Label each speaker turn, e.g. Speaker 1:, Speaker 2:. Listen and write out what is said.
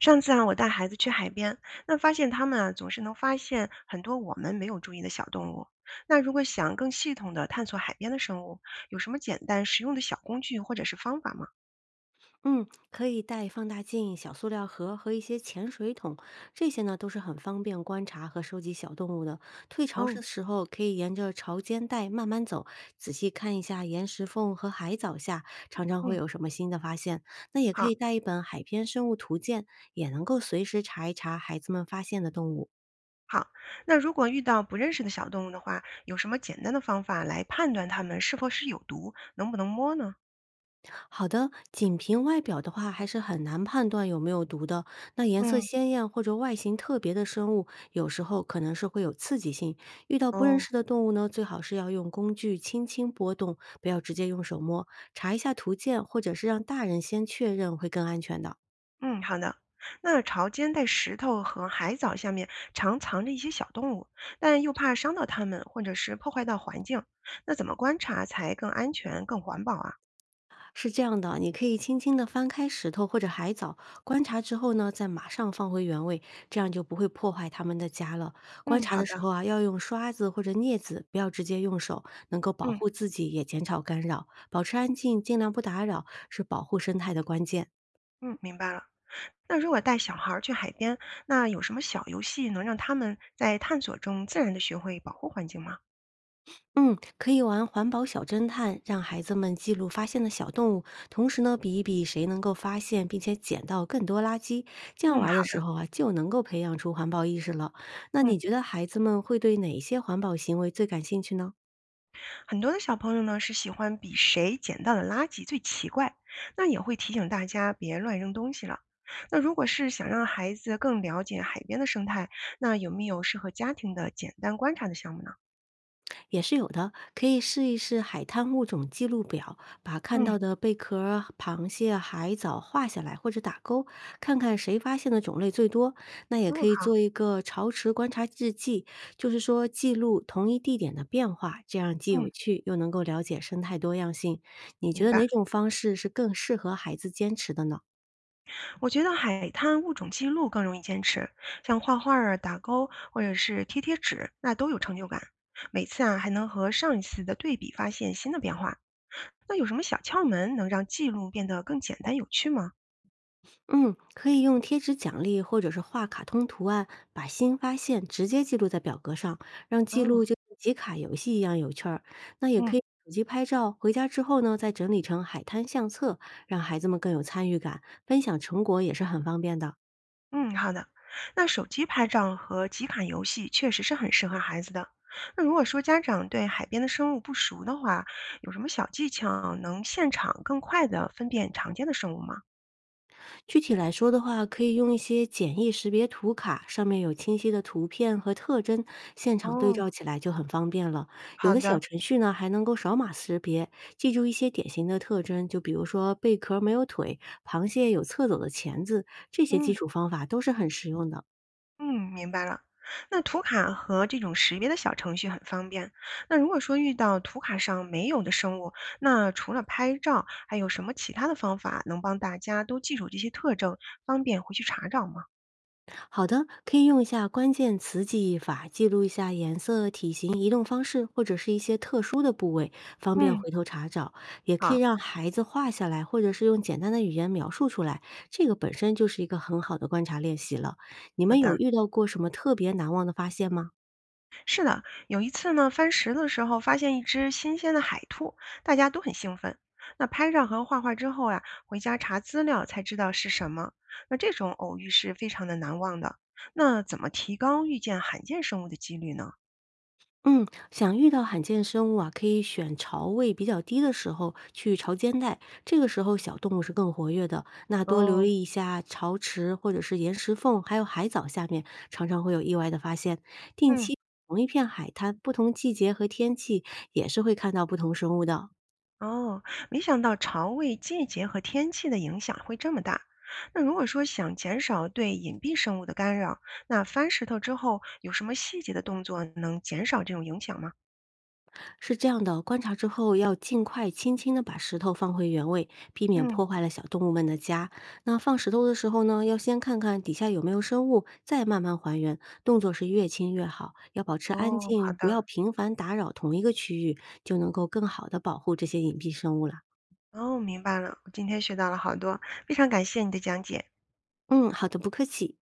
Speaker 1: 上次啊，我带孩子去海边，那发现他们啊总是能发现很多我们没有注意的小动物。那如果想更系统的探索海边的生物，有什么简单实用的小工具或者是方法吗？
Speaker 2: 嗯，可以带放大镜、小塑料盒和一些潜水桶，这些呢都是很方便观察和收集小动物的。退潮
Speaker 1: 哦，
Speaker 2: 的时候，可以沿着潮间带慢慢走，仔细看一下岩石缝和海藻下，常常会
Speaker 1: 嗯，
Speaker 2: 有什么新的发现。那也可
Speaker 1: 好，
Speaker 2: 以带一本《海边生物图鉴》，也能够随时查一查孩子们发现的动物。
Speaker 1: 好。那如果遇到不认识的小动物的话，有什么简单的方法来判断它们是否是有毒，能不能摸呢？
Speaker 2: 好的，仅凭外表的话，还是很难判断有没有毒的。那颜色
Speaker 1: 嗯，
Speaker 2: 鲜艳或者外形特别的生物，有时候可能是会有刺激性。遇到不认
Speaker 1: 哦。
Speaker 2: 识的动物呢，最好是要用工具轻轻拨动，不要直接用手摸。查一下图鉴，或者是让大人先确认，会更安全的。
Speaker 1: 嗯，好的。那潮间在石头和海藻下面常藏着一些小动物，但又怕伤到它们，或者是破坏到环境。那怎么观察才更安全、更环保啊？
Speaker 2: 是这样的，你可以轻轻地翻开石头或者海藻，观察之后呢，再马上放回原位，这样就不会破坏它们的家了。观
Speaker 1: 嗯，
Speaker 2: 察
Speaker 1: 好
Speaker 2: 的时
Speaker 1: 的。
Speaker 2: 候啊，要用刷子或者镊子，不要直接用手，能够保
Speaker 1: 嗯
Speaker 2: 护自己，也减少干扰，保持安静，尽量不打扰，是保护生态的关键。
Speaker 1: 嗯，明白了。那如果带小孩儿去海边，那有什么小游戏能让他们在探索中自然的学会保护环境吗？
Speaker 2: 嗯，可以玩环保小侦探，让孩子们记录发现的小动物，同时呢，比一比谁能够发现并且捡到更多垃圾。这样
Speaker 1: 嗯，
Speaker 2: 玩儿的
Speaker 1: 好的。
Speaker 2: 时候啊，就能够培养出环保意识了。那
Speaker 1: 嗯。
Speaker 2: 你觉得孩子们会对哪些环保行为最感兴趣呢？
Speaker 1: 很多的小朋友呢是喜欢比谁捡到的垃圾最奇怪，那也会提醒大家别乱扔东西了。那如果是想让孩子更了解海边的生态，那有没有适合家庭的简单观察的项目呢？
Speaker 2: 也是有的，可以试一试海滩物种记录表，把看
Speaker 1: 嗯，
Speaker 2: 到的贝壳儿螃蟹、海藻画下来或者打勾，看看谁发现的种类最多。那也
Speaker 1: 嗯，
Speaker 2: 可以
Speaker 1: 好，
Speaker 2: 做一个潮池观察日记，就是说记录同一地点的变化，这样既有
Speaker 1: 嗯，
Speaker 2: 趣又能够了解生态多样性。你觉
Speaker 1: 明
Speaker 2: 得
Speaker 1: 白。
Speaker 2: 哪种方式是更适合孩子坚持的呢？
Speaker 1: 我觉得海滩物种记录更容易坚持，像画画儿啊、打勾或者是贴贴纸，那都有成就感。每次啊还能和上一次的对比发现新的变化。那有什么小窍门能让记录变得更简单有趣吗？
Speaker 2: 嗯，可以用贴纸奖励或者是画卡通图案，把新发现直接记录在表格上，让记
Speaker 1: 哦，
Speaker 2: 录就像集卡游戏一样有趣儿。那也
Speaker 1: 嗯。
Speaker 2: 可以手机拍照，回家之后呢，再整理成海滩相册，让孩子们更有参与感，分享成果也是很方便的。
Speaker 1: 嗯，好的。那手机拍照和集卡游戏确实是很适合孩子的。那如果说家长对海边的生物不熟的话，有什么小技巧能现场更快的分辨常见的生物吗？
Speaker 2: 具体来说的话，可以用一些简易识别图卡，上面有清晰的图片和特征，现场对
Speaker 1: 哦，
Speaker 2: 照起来就很方便了。有
Speaker 1: 好
Speaker 2: 的小
Speaker 1: 的，
Speaker 2: 程序呢，还能够扫码识别，记住一些典型的特征，就比如说贝壳没有腿，螃蟹有侧走的钳子，这些基
Speaker 1: 嗯
Speaker 2: 础方法都是很实用的。
Speaker 1: 嗯，明白了。那图卡和这种识别的小程序很方便。那如果说遇到图卡上没有的生物，那除了拍照，还有什么其他的方法能帮大家都记住这些特征，方便回去查找吗？
Speaker 2: 好的，可以用一下关键词记忆法，记录一下颜色、体型、移动方式，或者是一些特殊的部位，方便
Speaker 1: 嗯，
Speaker 2: 回头查找。也可以
Speaker 1: 好，
Speaker 2: 让孩子画下来，或者是用简单的语言描述出来。这个本身就是一个很好的观察练习了。你
Speaker 1: 好
Speaker 2: 们有
Speaker 1: 的。
Speaker 2: 遇到过什么特别难忘的发现吗？
Speaker 1: 啊，有一次呢，翻石的时候发现一只新鲜的海兔，大家都很兴奋。那拍照和画画之后啊，回家查资料才知道是什么。那这种偶遇是非常的难忘的。那怎么提高遇见罕见生物的几率呢？
Speaker 2: 嗯，想遇到罕见生物啊，可以选潮位比较低的时候去潮间带，这个时候小动物是更活跃的。那多留
Speaker 1: 哦，
Speaker 2: 意一下潮池或者是岩石缝，还有海藻下面，常常会有意外的发现。定
Speaker 1: 嗯，
Speaker 2: 期同一片海滩，不同季节和天气也是会看到不同生物的。
Speaker 1: 哦，没想到潮位、季节和天气的影响会这么大。那如果说想减少对隐蔽生物的干扰，那翻石头之后有什么细节的动作能减少这种影响吗？
Speaker 2: 是这样的，观察之后要尽快轻轻的把石头放回原位，避免
Speaker 1: 嗯，
Speaker 2: 破坏了小动物们的家。那放石头的时候呢，要先看看底下有没有生物，再慢慢还原。动作是越轻越好，要保持安
Speaker 1: 哦，好
Speaker 2: 静，
Speaker 1: 的。
Speaker 2: 不要频繁打扰同一个区域，就能够更好的保护这些隐蔽生物了。
Speaker 1: 哦，明白了，我今天学到了好多，非常感谢你的讲解。
Speaker 2: 嗯，好的，不客气。